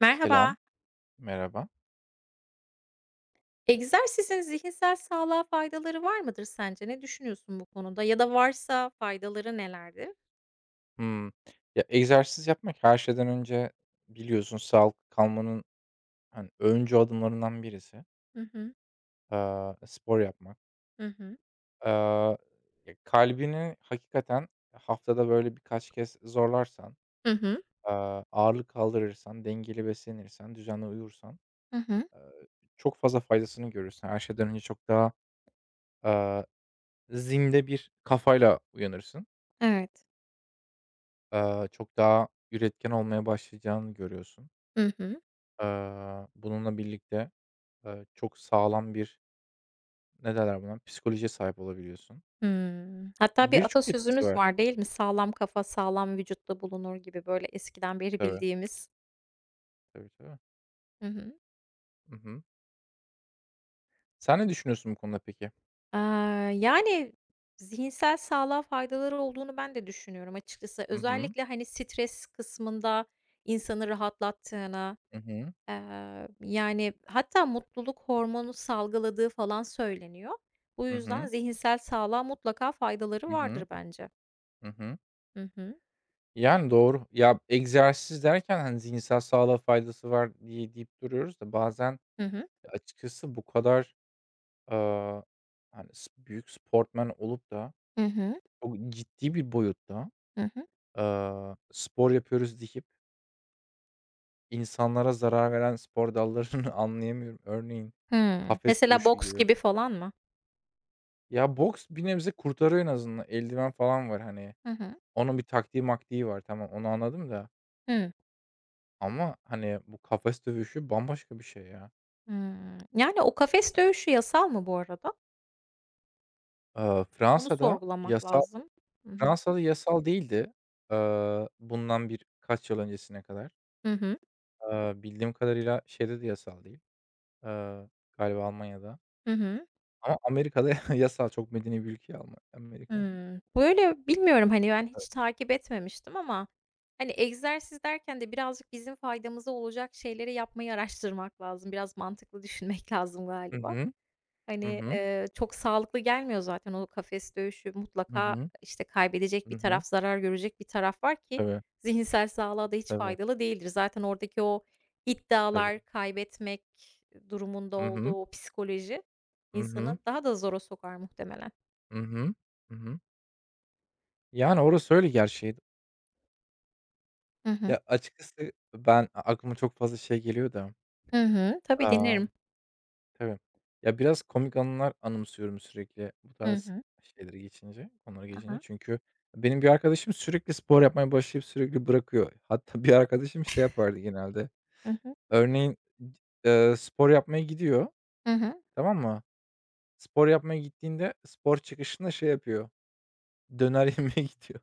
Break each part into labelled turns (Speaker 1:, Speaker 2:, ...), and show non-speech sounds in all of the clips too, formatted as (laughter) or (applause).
Speaker 1: Merhaba.
Speaker 2: Selam, merhaba.
Speaker 1: Egzersizin zihinsel sağlığa faydaları var mıdır sence? Ne düşünüyorsun bu konuda ya da varsa faydaları nelerdir?
Speaker 2: Hımm. Ya, egzersiz yapmak her şeyden önce biliyorsun sağlıklı kalmanın, hani, öncü adımlarından birisi.
Speaker 1: Hı hı.
Speaker 2: Spor yapmak.
Speaker 1: Hı hı.
Speaker 2: Aaa, Ya, kalbini hakikaten haftada, böyle, birkaç kez zorlarsan,
Speaker 1: Hı hı.
Speaker 2: ağırlık kaldırırsan, dengeli beslenirsen, düzenli uyursan
Speaker 1: Hı hı.
Speaker 2: çok fazla faydasını görürsün. Her şeyden önce çok daha, aaa, zinde bir kafayla uyanırsın.
Speaker 1: Evet.
Speaker 2: Çok daha üretken olmaya başlayacağını görüyorsun.
Speaker 1: Hı hı.
Speaker 2: Bununla birlikte, çok sağlam bir, ne derler buna, psikolojiye sahip olabiliyorsun.
Speaker 1: Hımm. Hatta bir
Speaker 2: Birçok etkisi
Speaker 1: atasözümüz
Speaker 2: var.
Speaker 1: var değil mi? "Sağlam kafa sağlam vücutta bulunur." gibi böyle eskiden beri
Speaker 2: Tabii,
Speaker 1: bildiğimiz.
Speaker 2: tabii, tabii.
Speaker 1: Hı hı.
Speaker 2: Hı hı. Sen ne düşünüyorsun bu konuda peki?
Speaker 1: Yani zihinsel sağlığa faydaları olduğunu ben de düşünüyorum açıkçası.
Speaker 2: Hı hı.
Speaker 1: Özellikle, hani, stres kısmında insanı rahatlattığını,
Speaker 2: Hı hı.
Speaker 1: Yani, hatta mutluluk hormonu salgıladığı falan söyleniyor. Bu
Speaker 2: Hı
Speaker 1: yüzden
Speaker 2: hı.
Speaker 1: zihinsel sağlığa mutlaka faydaları
Speaker 2: Hı
Speaker 1: vardır
Speaker 2: hı.
Speaker 1: bence.
Speaker 2: Hı hı.
Speaker 1: Hı hı.
Speaker 2: Yani doğru. Ya, egzersiz derken, hani, zihinsel sağlığa faydası var diye deyip duruyoruz da bazen
Speaker 1: Hı hı.
Speaker 2: açıkçası bu kadar, eee, hani, büyük sportman olup da
Speaker 1: Hı hı.
Speaker 2: çok ciddi bir boyutta,
Speaker 1: Hı hı.
Speaker 2: spor yapıyoruz deyip İnsanlara zarar veren spor dallarını (laughs) anlayamıyorum. Örneğin,
Speaker 1: Hıı.
Speaker 2: kafes
Speaker 1: Mesela
Speaker 2: dövüşü
Speaker 1: boks
Speaker 2: gibi.
Speaker 1: gibi falan mı?
Speaker 2: Ya, boks bir nebze kurtarıyor en azından. Eldiven falan var, hani.
Speaker 1: Hı hı.
Speaker 2: Onun bir taktiği maktiği var. Tamam, onu anladım da
Speaker 1: Hıı.
Speaker 2: ama, hani, bu kafes dövüşü bambaşka bir şey ya.
Speaker 1: Hıı. Yani, o kafes dövüşü yasal mı bu arada?
Speaker 2: Eee,
Speaker 1: Onu
Speaker 2: Fransa'da
Speaker 1: sorgulamak
Speaker 2: yasal
Speaker 1: lazım. Hı hı.
Speaker 2: Fransa'da yasal değildi, bundan birkaç yıl öncesine kadar.
Speaker 1: Hı hı.
Speaker 2: Bildiğim kadarıyla şeyde de yasal değil, eee, galiba Almanya'da
Speaker 1: Hı hı.
Speaker 2: ama Amerika'da (laughs) yasal. Çok medeni bir ülke ya Amerika.
Speaker 1: Hımm. Böyle, bilmiyorum, hani, ben hiç takip etmemiştim ama, hani, egzersiz derken de birazcık bizim faydamıza olacak şeyleri yapmayı araştırmak lazım. Biraz mantıklı düşünmek (laughs) lazım
Speaker 2: Hı
Speaker 1: galiba.
Speaker 2: hı. Hı
Speaker 1: Hani,
Speaker 2: hı.
Speaker 1: çok sağlıklı gelmiyor zaten o kafes dövüşü.
Speaker 2: Hı
Speaker 1: Mutlaka,
Speaker 2: hı.
Speaker 1: işte, kaybedecek bir
Speaker 2: Hı hı.
Speaker 1: taraf, zarar görecek bir taraf var ki
Speaker 2: Tabii,
Speaker 1: zihinsel sağlığa da hiç
Speaker 2: tabii,
Speaker 1: faydalı değildir. Zaten oradaki o
Speaker 2: tabii.
Speaker 1: iddialar, kaybetmek durumunda
Speaker 2: Hı hı.
Speaker 1: olduğu o psikoloji
Speaker 2: Hı hı.
Speaker 1: insanı daha da zora sokar muhtemelen.
Speaker 2: Hı hı. Hı hı. Yani, orası öyle gerçeği.
Speaker 1: Hı hı.
Speaker 2: Ya, açıkçası ben aklıma çok fazla şey geliyor da,
Speaker 1: Hı hı. Tabii dinlerim.
Speaker 2: amm, tabii. Ya, biraz komik anılar anımsıyorum sürekli bu
Speaker 1: Hı
Speaker 2: tarz
Speaker 1: hı.
Speaker 2: şeyleri geçince, konuları geçince.
Speaker 1: Aha.
Speaker 2: Çünkü benim bir arkadaşım sürekli spor yapmaya başlayıp sürekli bırakıyor. Hatta (laughs) bir arkadaşım şey yapardı genelde.
Speaker 1: Hı hı.
Speaker 2: Örneğin, spor yapmaya gidiyor,
Speaker 1: Hı hı.
Speaker 2: tamam mı? Spor yapmaya gittiğinde spor çıkışında şey yapıyor. Döner yemeye gidiyor.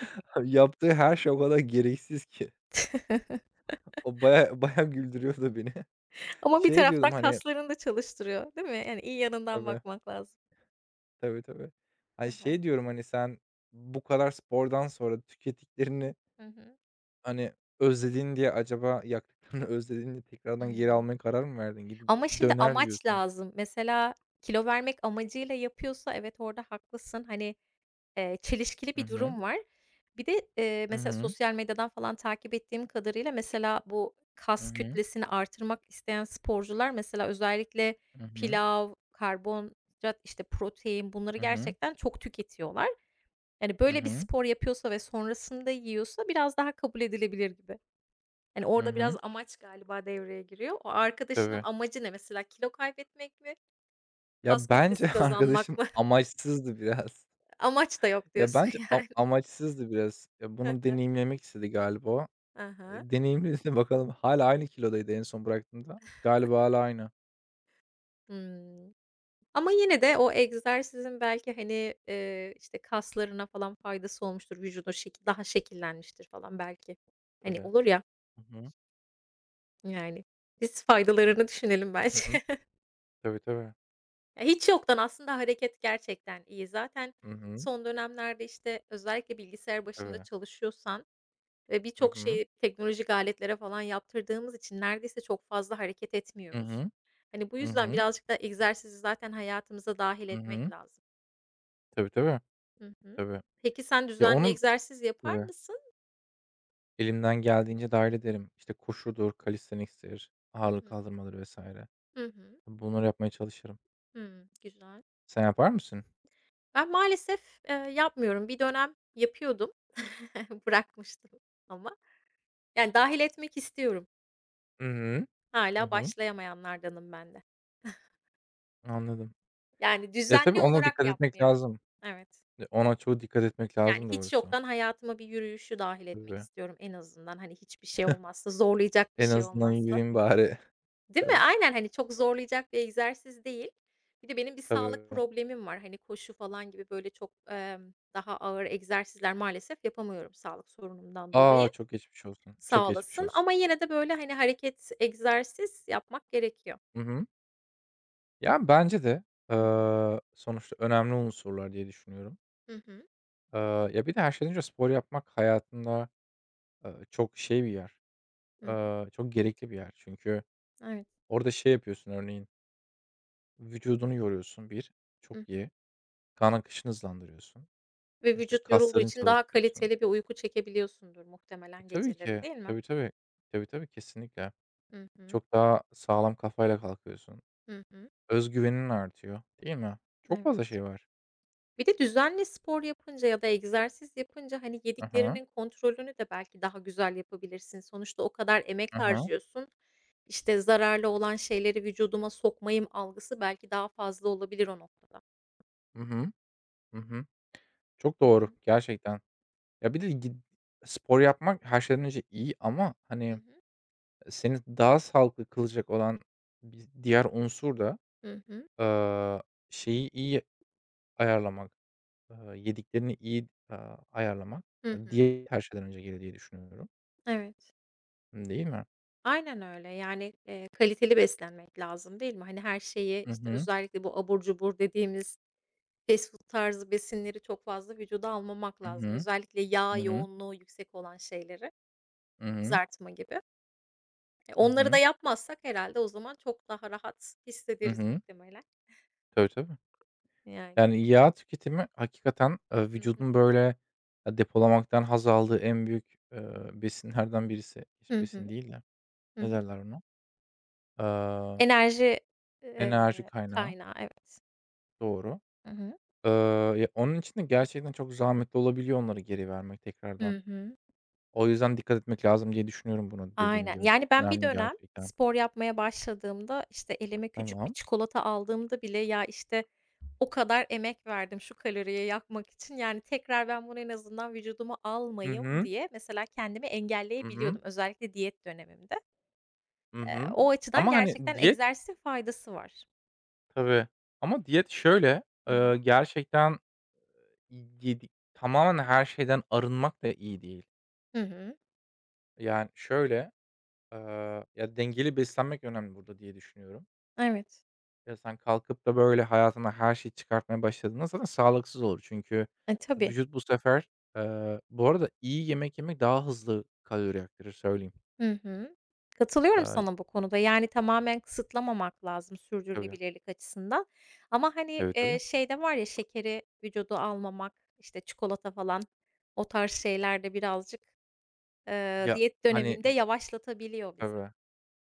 Speaker 2: (laughs) Yaptığı her şey o kadar gereksiz ki.
Speaker 1: (laughs)
Speaker 2: O baya (laughs) baya güldürüyordu beni. (laughs)
Speaker 1: Ama bir
Speaker 2: Şey
Speaker 1: taraftan
Speaker 2: diyordum, hani.
Speaker 1: kaslarını da çalıştırıyor, değil mi? Yani iyi yanından
Speaker 2: Tabii,
Speaker 1: bakmak lazım.
Speaker 2: tabii, tabii.
Speaker 1: Hı
Speaker 2: Hani,
Speaker 1: hı.
Speaker 2: şey diyorum, hani, sen bu kadar spordan sonra tükettiklerini,
Speaker 1: Hı hı.
Speaker 2: hani, özledin diye acaba yaktıklarını (laughs) özledin diye tekrardan geri
Speaker 1: Hımm.
Speaker 2: almaya karar mı verdin? Gidip
Speaker 1: Ama şimdi
Speaker 2: döner
Speaker 1: amaç
Speaker 2: yiyorsun.
Speaker 1: lazım. Mesela kilo vermek amacıyla yapıyorsa evet orada haklısın. Hani, çelişkili
Speaker 2: Hı
Speaker 1: bir
Speaker 2: hı.
Speaker 1: durum var. Bir de,
Speaker 2: Hı
Speaker 1: mesela
Speaker 2: hı.
Speaker 1: sosyal medyadan falan takip ettiğim kadarıyla mesela bu
Speaker 2: Hı
Speaker 1: kas
Speaker 2: hı.
Speaker 1: kütlesini artırmak isteyen sporcular mesela özellikle
Speaker 2: Hı hı.
Speaker 1: pilav, karbonhidrat, işte, protein bunları
Speaker 2: Hı hı.
Speaker 1: gerçekten çok tüketiyorlar. Yani,
Speaker 2: Hı
Speaker 1: böyle bir
Speaker 2: hı.
Speaker 1: spor yapıyorsa ve sonrasında yiyorsa biraz daha kabul edilebilir gibi. Hani,
Speaker 2: Hı
Speaker 1: orada biraz
Speaker 2: hı.
Speaker 1: amaç galiba devreye giriyor. O arkadaşının
Speaker 2: Tabii.
Speaker 1: amacı ne mesela? Kilo kaybetmek mi? Kas
Speaker 2: Ya, bence
Speaker 1: kütlesi
Speaker 2: (laughs)
Speaker 1: kazanmak
Speaker 2: arkadaşım
Speaker 1: mı? (laughs)
Speaker 2: amaçsızdı biraz.
Speaker 1: Amaç da yok
Speaker 2: Ya,
Speaker 1: diyorsun
Speaker 2: bence
Speaker 1: yani.
Speaker 2: amaçsızdı biraz. Ya,
Speaker 1: (laughs)
Speaker 2: bunu
Speaker 1: Aha.
Speaker 2: deneyimlemek istedi galiba o. Deneyimledi (laughs) bakalım. Hala aynı kilodaydı en son bıraktığımda. Galiba hâlâ aynı.
Speaker 1: Hımm. Ama yine de o egzersizin belki, hani, işte, kaslarına falan faydası olmuştur, vücudun şekil daha şekillenmiştir falan belki. Hani,
Speaker 2: Tabii.
Speaker 1: olur ya,
Speaker 2: Hı hı.
Speaker 1: yani. Biz faydalarını düşünelim bence.
Speaker 2: Hı hı.
Speaker 1: (laughs)
Speaker 2: Tabii, tabii.
Speaker 1: Ya, hiç yoktan aslında hareket gerçekten iyi. Zaten
Speaker 2: Hı hı.
Speaker 1: son dönemlerde, işte, özellikle bilgisayar başında
Speaker 2: Tabii.
Speaker 1: çalışıyorsan ve
Speaker 2: Hı
Speaker 1: birçok
Speaker 2: hı.
Speaker 1: şeyi teknolojik aletlere falan yaptırdığımız için neredeyse çok fazla hareket
Speaker 2: Hı
Speaker 1: etmiyoruz.
Speaker 2: hı.
Speaker 1: Hani, bu
Speaker 2: Hı
Speaker 1: yüzden
Speaker 2: hı.
Speaker 1: birazcık da egzersizi zaten hayatımıza dâhil
Speaker 2: Hı
Speaker 1: etmek
Speaker 2: hı.
Speaker 1: lazım.
Speaker 2: Tabii, tabii.
Speaker 1: Hı hı.
Speaker 2: Tabii.
Speaker 1: Peki sen
Speaker 2: Ya,
Speaker 1: düzenli
Speaker 2: onun.
Speaker 1: egzersiz yapar
Speaker 2: Tabii.
Speaker 1: mısın?
Speaker 2: Elimden geldiğince dâhil ederim. İşte, koşudur, calisthenics'tir,
Speaker 1: Hı
Speaker 2: ağırlık
Speaker 1: hı.
Speaker 2: kaldırmadır vesaire.
Speaker 1: Hı hı.
Speaker 2: Bunları yapmaya çalışırım.
Speaker 1: Hımm, güzel.
Speaker 2: Sen yapar mısın?
Speaker 1: Ben maalesef, yapmıyorum. Bir dönem yapıyordum. (laughs) Bırakmıştım ama. Yani, dâhil etmek istiyorum.
Speaker 2: I hı. Hı
Speaker 1: Hâlâ
Speaker 2: hı.
Speaker 1: başlayamayanlardanım ben de. (laughs)
Speaker 2: Anladım.
Speaker 1: Yani,
Speaker 2: Ya, tabii
Speaker 1: düzenli
Speaker 2: ona
Speaker 1: olarak
Speaker 2: dikkat etmek
Speaker 1: yapmıyorum.
Speaker 2: lazım.
Speaker 1: Evet.
Speaker 2: E, ona çok dikkat etmek
Speaker 1: Yani,
Speaker 2: lazım
Speaker 1: hiç
Speaker 2: doğrusu.
Speaker 1: yoktan hayatıma bir yürüyüşü dâhil etmek
Speaker 2: Tabii.
Speaker 1: istiyorum en azından. Hani, hiçbir şey olmazsa, zorlayacak bir
Speaker 2: En
Speaker 1: şey
Speaker 2: azından
Speaker 1: olmazsa.
Speaker 2: yürüyeyim bari. (laughs)
Speaker 1: Değil mi?
Speaker 2: Tabii,
Speaker 1: Aynen, hani, çok zorlayacak bir egzersiz değil. Bir de benim bir
Speaker 2: tabii.
Speaker 1: sağlık problemim var. Hani, koşu falan gibi, böyle, çok, daha ağır egzersizler maalesef yapamıyorum sağlık sorunumdan
Speaker 2: A!
Speaker 1: dolayı.
Speaker 2: Çok geçmiş olsun. Çok
Speaker 1: Sağ
Speaker 2: geçmiş
Speaker 1: olasın
Speaker 2: olsun.
Speaker 1: ama yine de, böyle, hani, hareket, egzersiz yapmak gerekiyor.
Speaker 2: Hı hı. Ya, bence de,
Speaker 1: Hı hı.
Speaker 2: sonuçta önemli unsurlar diye düşünüyorum.
Speaker 1: Hı hı.
Speaker 2: Eee, Ya, bir de her şeyden önce spor yapmak hayatında, çok şey bir yer,
Speaker 1: Hı hı.
Speaker 2: çok gerekli bir yer. Çünkü
Speaker 1: Evet.
Speaker 2: orada şey yapıyorsun örneğin, vücudunu yoruyorsun bir çok
Speaker 1: Hı hı.
Speaker 2: iyi. Kan akışını hızlandırıyorsun.
Speaker 1: Ve
Speaker 2: E, işte,
Speaker 1: vücut yorulduğu
Speaker 2: kaslarını
Speaker 1: için daha
Speaker 2: çalıştırıyorsun.
Speaker 1: kaliteli bir uyku çekebiliyorsundur
Speaker 2: E,
Speaker 1: muhtemelen
Speaker 2: tabii
Speaker 1: geceleri,
Speaker 2: ki.
Speaker 1: değil mi?
Speaker 2: Tabii, tabii. Tabii, tabii, kesinlikle.
Speaker 1: Hı hı.
Speaker 2: Çok daha sağlam kafayla kalkıyorsun.
Speaker 1: Hı hı.
Speaker 2: Özgüvenin artıyor, değil mi? Çok fazla
Speaker 1: Evet.
Speaker 2: şey var.
Speaker 1: Bir de düzenli spor yapınca ya da egzersiz yapınca, hani,
Speaker 2: Hı hı.
Speaker 1: yediklerinin kontrolünü de belki daha güzel yapabilirsin. Sonuçta o kadar emek
Speaker 2: Hı hı.
Speaker 1: harcıyorsun. İşte, zararlı olan şeyleri vücuduma sokmayım algısı belki daha fazla olabilir o noktada.
Speaker 2: Hı hı. Hı hı. Çok
Speaker 1: Hı
Speaker 2: doğru
Speaker 1: hı.
Speaker 2: gerçekten. Ya, bir de spor yapmak her şeyden önce iyi ama,
Speaker 1: Hı
Speaker 2: hani,
Speaker 1: hı.
Speaker 2: seni daha sağlıklı kılacak olan bir diğer unsur da,
Speaker 1: Hı hı.
Speaker 2: eee, şeyi iyi ayarlamak, yediklerini iyi, ayarlamak.
Speaker 1: Hı
Speaker 2: Ya,
Speaker 1: hı.
Speaker 2: diyet her şeyden önce gelir diye düşünüyorum,
Speaker 1: Evet.
Speaker 2: değil mi?
Speaker 1: Aynen öyle. Yani, kaliteli beslenmek lazım, değil mi? Hani, her şeyi,
Speaker 2: Hı
Speaker 1: işte,
Speaker 2: hı.
Speaker 1: özellikle bu abur cubur dediğimiz fast food tarzı besinleri çok fazla vücuda almamak
Speaker 2: Hı
Speaker 1: lazım.
Speaker 2: hı.
Speaker 1: Özellikle yağ
Speaker 2: Hı hı.
Speaker 1: yoğunluğu yüksek olan şeyleri,
Speaker 2: Hı hı.
Speaker 1: kızartma gibi. E,
Speaker 2: Hı
Speaker 1: onları da
Speaker 2: hı.
Speaker 1: yapmazsak herhâlde o zaman çok daha rahat
Speaker 2: Hı hı. Hı
Speaker 1: hissederiz
Speaker 2: hı.
Speaker 1: muhtemelen.
Speaker 2: Tabii, tabii.
Speaker 1: Yani.
Speaker 2: Yani, yağ tüketimi hakikaten,
Speaker 1: Hı hı.
Speaker 2: vücudun, böyle, depolamaktan haz aldığı en büyük, besinlerden birisi. Hiç
Speaker 1: Hı
Speaker 2: besin
Speaker 1: hı.
Speaker 2: değil de
Speaker 1: Hı
Speaker 2: ne
Speaker 1: hı.
Speaker 2: derler ona? Eee,
Speaker 1: Enerji,
Speaker 2: Enerji kaynağı.
Speaker 1: kaynağı, evet.
Speaker 2: Doğru.
Speaker 1: Hı hı.
Speaker 2: Eee, Ya, onun için de gerçekten çok zahmetli olabiliyor onları geri vermek tekrardan.
Speaker 1: Hı hı.
Speaker 2: O yüzden dikkat etmek lazım diye düşünüyorum bunu dediğin
Speaker 1: Aynen.
Speaker 2: gibi.
Speaker 1: Yani,
Speaker 2: Çok
Speaker 1: ben bir
Speaker 2: önemli
Speaker 1: dönem
Speaker 2: gerçekten.
Speaker 1: spor yapmaya başladığımda, işte, elime küçük bir
Speaker 2: Tamam.
Speaker 1: çikolata aldığımda bile, "Ya, işte, o kadar emek verdim şu kaloriyi yakmak için, yani, tekrar ben bunu en azından vücuduma
Speaker 2: Hı
Speaker 1: almayayım."
Speaker 2: hı.
Speaker 1: diye mesela kendimi
Speaker 2: Hı hı.
Speaker 1: engelleyebiliyordum özellikle diyet dönemimde.
Speaker 2: Hı hı.
Speaker 1: O açıdan
Speaker 2: Ama, hani,
Speaker 1: gerçekten
Speaker 2: diyet.
Speaker 1: egzersizin faydası var.
Speaker 2: Tabii. Ama diyet şöyle,
Speaker 1: Hı hı.
Speaker 2: gerçekten. Yedik tamamen her şeyden arınmak da iyi değil.
Speaker 1: Hı hı.
Speaker 2: Yani, şöyle, ya, dengeli beslenmek önemli burada diye düşünüyorum.
Speaker 1: Evet.
Speaker 2: Ya, sen kalkıp da, böyle, hayatına her şeyi çıkartmaya başladığında zaten sağlıksız olur. Çünkü
Speaker 1: E, tabii.
Speaker 2: vücut bu sefer, Bu arada iyi yemek yemek daha hızlı kalori yaktırır söyleyeyim.
Speaker 1: Hı hı. Katılıyorum
Speaker 2: Eee
Speaker 1: sana bu konuda. Yani tamamen kısıtlamamak lazım
Speaker 2: Tabii.
Speaker 1: sürdürülebilirlik açısından. Ama, hani,
Speaker 2: Tabii, tabii.
Speaker 1: şey var ya şekeri vücudu almamak, işte, çikolata falan o tarz şeyler de birazcık,
Speaker 2: Ya,
Speaker 1: diyet
Speaker 2: hani,
Speaker 1: döneminde yavaşlatabiliyor bizi.
Speaker 2: Tabii.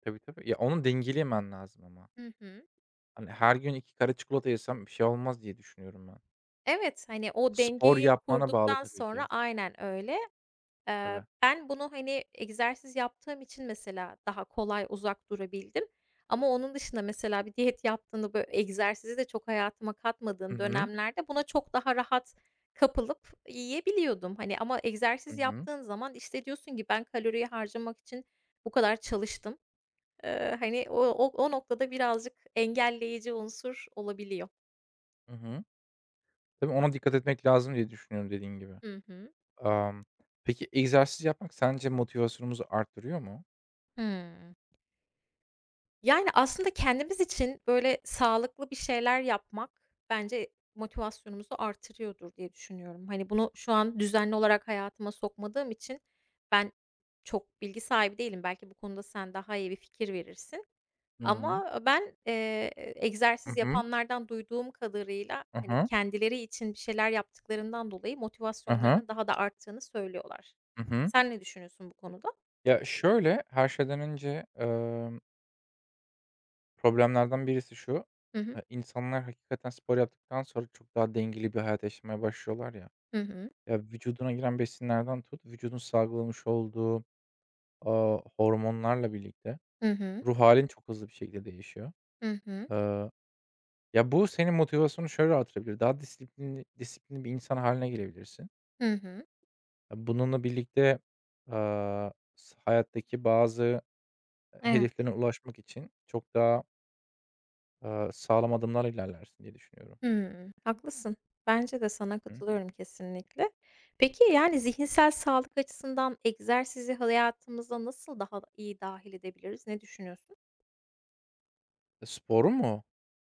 Speaker 2: Tabii, tabii. Ya, onu dengeleyemen lazım ama.
Speaker 1: Hı hı.
Speaker 2: Hani, her gün 2 kare çikolata yesem bir şey olmaz diye düşünüyorum ben.
Speaker 1: Evet, hani, o
Speaker 2: Spor
Speaker 1: dengeyi
Speaker 2: yapmana bağlı
Speaker 1: kurduktan
Speaker 2: tabii
Speaker 1: sonra
Speaker 2: ki.
Speaker 1: aynen öyle.
Speaker 2: Tabii.
Speaker 1: Ben bunu, hani, egzersiz yaptığım için mesela daha kolay uzak durabildim ama onun dışında mesela bir diyet yaptığımda, böyle, egzersizi de çok hayatıma
Speaker 2: Hı
Speaker 1: katmadığım
Speaker 2: hı.
Speaker 1: dönemlerde buna çok daha rahat kapılıp yiyebiliyordum. Hani, ama
Speaker 2: Hı
Speaker 1: egzersiz
Speaker 2: hı.
Speaker 1: yaptığın zaman, işte, diyorsun ki ben kaloriyi harcamak için bu kadar çalıştım. Hani, o noktada birazcık engelleyici unsur olabiliyor.
Speaker 2: Hı hı. Tabii ona dikkat etmek lazım diye düşünüyorum dediğin gibi.
Speaker 1: Hı hı.
Speaker 2: Amm, peki egzersiz yapmak sence motivasyonumuzu arttırıyor mu?
Speaker 1: Hımm. Yani, aslında kendimiz için, böyle, sağlıklı bir şeyler yapmak bence motivasyonumuzu artırıyordur diye düşünüyorum. Hani, bunu şu an düzenli olarak hayatıma sokmadığım için ben çok bilgi sahibi değilim. Belki bu konuda sen daha iyi bir fikir verirsin
Speaker 2: Hıı.
Speaker 1: ama ben,
Speaker 2: Hı
Speaker 1: egzersiz
Speaker 2: hı.
Speaker 1: yapanlardan duyduğum kadarıyla,
Speaker 2: Hı
Speaker 1: hani,
Speaker 2: hı.
Speaker 1: kendileri için bir şeyler yaptıklarından dolayı
Speaker 2: Hı hı.
Speaker 1: motivasyonlarının daha da arttığını söylüyorlar.
Speaker 2: Hı hı.
Speaker 1: Sen ne düşünüyorsun bu konuda?
Speaker 2: Ya, şöyle, her şeyden önce, problemlerden birisi şu,
Speaker 1: Hı hı.
Speaker 2: insanlar hakikaten spor yaptıktan sonra çok daha dengeli bir hayat yaşamaya başlıyorlar ya.
Speaker 1: Hı hı.
Speaker 2: Ya, vücuduna giren besinlerden tut, vücudun salgılamış olduğu, hormonlarla birlikte
Speaker 1: Hı hı.
Speaker 2: ruh halin çok hızlı bir şekilde değişiyor.
Speaker 1: Hı hı.
Speaker 2: Ya, bu senin motivasyonunu şöyle artırabilir. Daha disiplinli disiplinli bir insan haline gelebilirsin.
Speaker 1: Hı hı.
Speaker 2: Ya, bununla birlikte, hayattaki bazı
Speaker 1: Evet.
Speaker 2: hedeflerine ulaşmak için çok daha, sağlam adımlarla ilerlersin diye düşünüyorum.
Speaker 1: Hımm, haklısın. Bence de sana
Speaker 2: Hı.
Speaker 1: katılıyorum kesinlikle. Peki, yani, zihinsel sağlık açısından egzersizi hayatımıza nasıl daha iyi dâhil edebiliriz? Ne düşünüyorsun?
Speaker 2: Spor mu?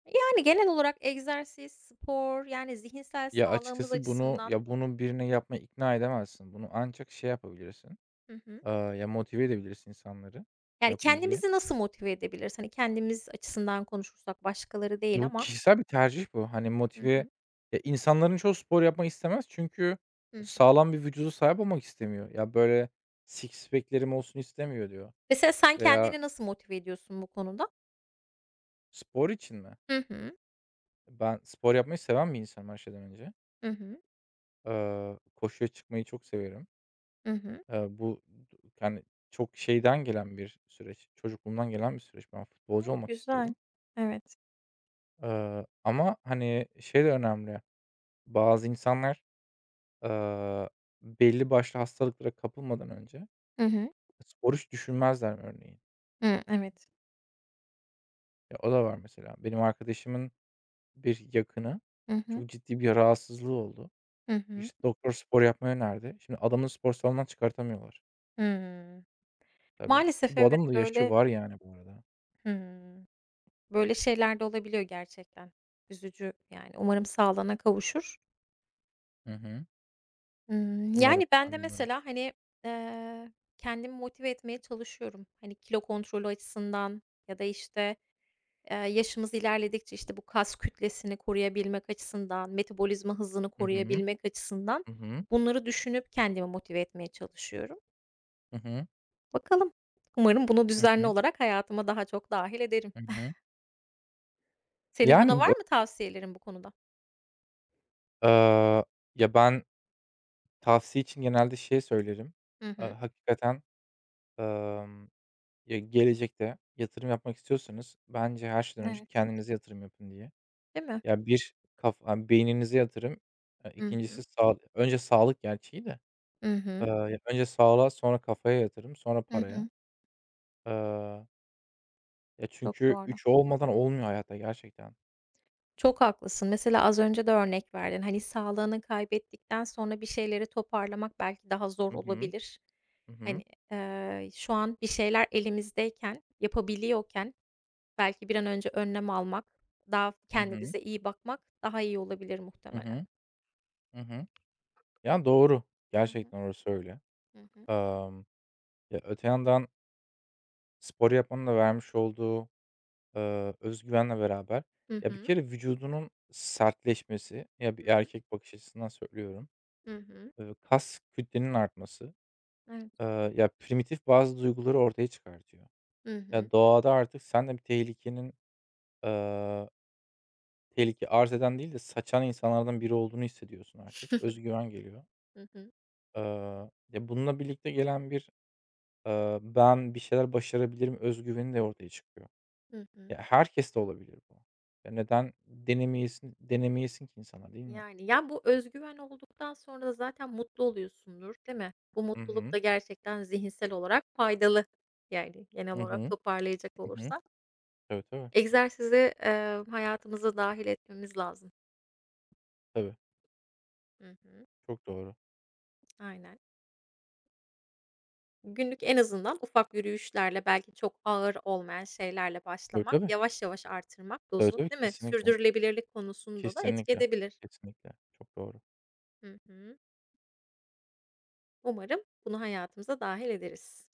Speaker 1: Yani, genel olarak egzersiz, spor, yani, zihinsel
Speaker 2: Ya,
Speaker 1: sağlığımız
Speaker 2: açıkçası bunu
Speaker 1: açısından.
Speaker 2: ya, bunu birine yapmaya ikna edemezsin. Bunu ancak şey yapabilirsin,
Speaker 1: Hı hı.
Speaker 2: ya, motive edebilirsin insanları
Speaker 1: Yani,
Speaker 2: yapın diye.
Speaker 1: kendimizi nasıl motive edebiliriz? Hani, kendimiz açısından konuşursak başkaları değil
Speaker 2: Bu
Speaker 1: ama.
Speaker 2: kişisel bir tercih bu. Hani,
Speaker 1: Hı
Speaker 2: motive.
Speaker 1: hı,
Speaker 2: Ya, insanların çoğu spor yapmak istemez çünkü
Speaker 1: hı hı.
Speaker 2: sağlam bir vücuda sahip olmak istemiyor. "Ya, böyle six pack'lerim olsun istemiyor." diyor
Speaker 1: Mesela sen
Speaker 2: veya.
Speaker 1: kendini nasıl motive ediyorsun bu konuda?
Speaker 2: Spor için mi?
Speaker 1: Hı hı,
Speaker 2: Ben spor yapmayı seven bir insanım her şeyden önce.
Speaker 1: hı hı,
Speaker 2: Koşuya çıkmayı çok severim.
Speaker 1: hı hı.
Speaker 2: Bu, yani, çok şeyden gelen bir süreç, çocukluğumdan gelen bir süreç. Ben futbolcu
Speaker 1: Hıı,
Speaker 2: olmak
Speaker 1: güzel.
Speaker 2: istiyordum.
Speaker 1: Evet.
Speaker 2: Ama, hani, şey de önemli, bazı insanlar. Eee, Belli başlı hastalıklara kapılmadan önce
Speaker 1: Hı hı.
Speaker 2: spor hiç düşünmezler örneğin.
Speaker 1: Hıı, evet.
Speaker 2: Ya, o da var mesela. Benim arkadaşımın bir yakını
Speaker 1: Hı hı.
Speaker 2: çok ciddi bir rahatsızlığı oldu.
Speaker 1: Hı hı.
Speaker 2: İşte, doktor spor yapmayı önerdi. Şimdi adamı spor salonundan çıkartamıyorlar.
Speaker 1: Hımm.
Speaker 2: Tabii ki
Speaker 1: Maalesef
Speaker 2: bu
Speaker 1: evet,
Speaker 2: adamın da yaşı
Speaker 1: böyle,
Speaker 2: var yani bu arada.
Speaker 1: hımm, böyle şeyler de olabiliyor gerçekten. Üzücü yani. Umarım sağlığına kavuşur.
Speaker 2: Hı hı.
Speaker 1: Imm,
Speaker 2: Umarım,
Speaker 1: yani ben
Speaker 2: ben
Speaker 1: de
Speaker 2: de umarım.
Speaker 1: mesela, hani, eee, kendimi motive etmeye çalışıyorum. Hani, kilo kontrolü açısından ya da, işte, yaşımız ilerledikçe, işte, bu kas kütlesini koruyabilmek açısından, metabolizma hızını
Speaker 2: Hı hı.
Speaker 1: koruyabilmek açısından
Speaker 2: Hı hı.
Speaker 1: bunları düşünüp kendimi motive etmeye çalışıyorum.
Speaker 2: Hı hı.
Speaker 1: Bakalım. Umarım bunu
Speaker 2: Hı
Speaker 1: düzenli
Speaker 2: hı.
Speaker 1: olarak hayatıma daha çok dahil ederim.
Speaker 2: Hı
Speaker 1: (laughs)
Speaker 2: hı.
Speaker 1: Senin bana
Speaker 2: Yani,
Speaker 1: var
Speaker 2: bu
Speaker 1: mı tavsiyelerin bu konuda?
Speaker 2: eee, ya, ben tavsiye için genelde şey söylerim.
Speaker 1: Hı hı.
Speaker 2: Hakikaten, emm Ya, gelecekte yatırım yapmak istiyorsanız bence her şeyden önce
Speaker 1: Evet.
Speaker 2: kendinize yatırım yapın diye.
Speaker 1: Değil mi?
Speaker 2: Ya, bir kafa beyninize yatırım,
Speaker 1: Hı
Speaker 2: 2'ncisi
Speaker 1: hı.
Speaker 2: önce sağlık gerçeği de,
Speaker 1: Hı hı.
Speaker 2: önce sağlığa, sonra kafaya yatırım, sonra
Speaker 1: Hı
Speaker 2: paraya.
Speaker 1: hı.
Speaker 2: Eee, Ya,
Speaker 1: Çok
Speaker 2: çünkü
Speaker 1: doğru.
Speaker 2: üç olmadan olmuyor hayatta gerçekten.
Speaker 1: Çok haklısın. Mesela az önce de örnek verdin. Hani, sağlığını kaybettikten sonra bir şeyleri toparlamak belki daha zor
Speaker 2: Hı hı.
Speaker 1: olabilir.
Speaker 2: Hı
Speaker 1: Hani,
Speaker 2: hı.
Speaker 1: şu an bir şeyler elimizdeyken, yapabiliyorken belki bir an önce önlem almak, daha
Speaker 2: Hı hı.
Speaker 1: kendimize iyi bakmak daha iyi olabilir
Speaker 2: Hı
Speaker 1: muhtemelen.
Speaker 2: hı. Hı hı. Ya, doğru.
Speaker 1: Hı hı.
Speaker 2: Gerçekten orası öyle.
Speaker 1: Hı hı.
Speaker 2: Emm, Ya, öte yandan spor yapmanın da vermiş olduğu öz güvenle beraber
Speaker 1: Hı
Speaker 2: ya, bir
Speaker 1: hı.
Speaker 2: kere vücudunun sertleşmesi, ya,
Speaker 1: Hı
Speaker 2: bir
Speaker 1: hı.
Speaker 2: erkek bakış açısından söylüyorum,
Speaker 1: Hı hı.
Speaker 2: kas kütlenin artması,
Speaker 1: Evet.
Speaker 2: ya, primitif bazı duyguları ortaya çıkartıyor.
Speaker 1: Hı hı.
Speaker 2: Ya, doğada artık sen de bir tehlikenin, eee, tehlike arz eden değil de saçan insanlardan biri olduğunu hissediyorsun artık.
Speaker 1: (laughs)
Speaker 2: Özgüven geliyor.
Speaker 1: Hı hı.
Speaker 2: Eee, Ya, bununla birlikte gelen bir, "Ben bir şeyler başarabilirim." özgüveni de ortaya çıkıyor.
Speaker 1: Hı hı.
Speaker 2: Ya, herkeste olabilir bu. Ya, neden denemeyesin denemeyesin ki insana, değil mi?
Speaker 1: Yani, ya, bu özgüven olduktan sonra da zaten mutlu oluyorsundur, değil mi? Bu
Speaker 2: Hı
Speaker 1: mutluluk
Speaker 2: hı.
Speaker 1: da gerçekten zihinsel olarak faydalı. Yani, genel
Speaker 2: Hı
Speaker 1: olarak
Speaker 2: hı.
Speaker 1: toparlayacak
Speaker 2: Hı hı.
Speaker 1: olursak.
Speaker 2: Tabii, tabii.
Speaker 1: Egzersizi, hayatımıza dâhil etmemiz lazım.
Speaker 2: Tabii.
Speaker 1: Hı hı.
Speaker 2: Çok doğru.
Speaker 1: Aynen. Günlük en azından ufak yürüyüşlerle, belki çok ağır olmayan şeylerle
Speaker 2: Tabii,
Speaker 1: başlamak,
Speaker 2: tabii.
Speaker 1: yavaş yavaş artırmak
Speaker 2: Tabii,
Speaker 1: dozu,
Speaker 2: tabii.
Speaker 1: değil mi?
Speaker 2: Kesinlikle.
Speaker 1: Sürdürülebilirlik konusunda da etki
Speaker 2: Kesinlikle.
Speaker 1: edebilir.
Speaker 2: Kesinlikle. Çok doğru.
Speaker 1: Hı hı. Umarım bunu hayatımıza dahil ederiz.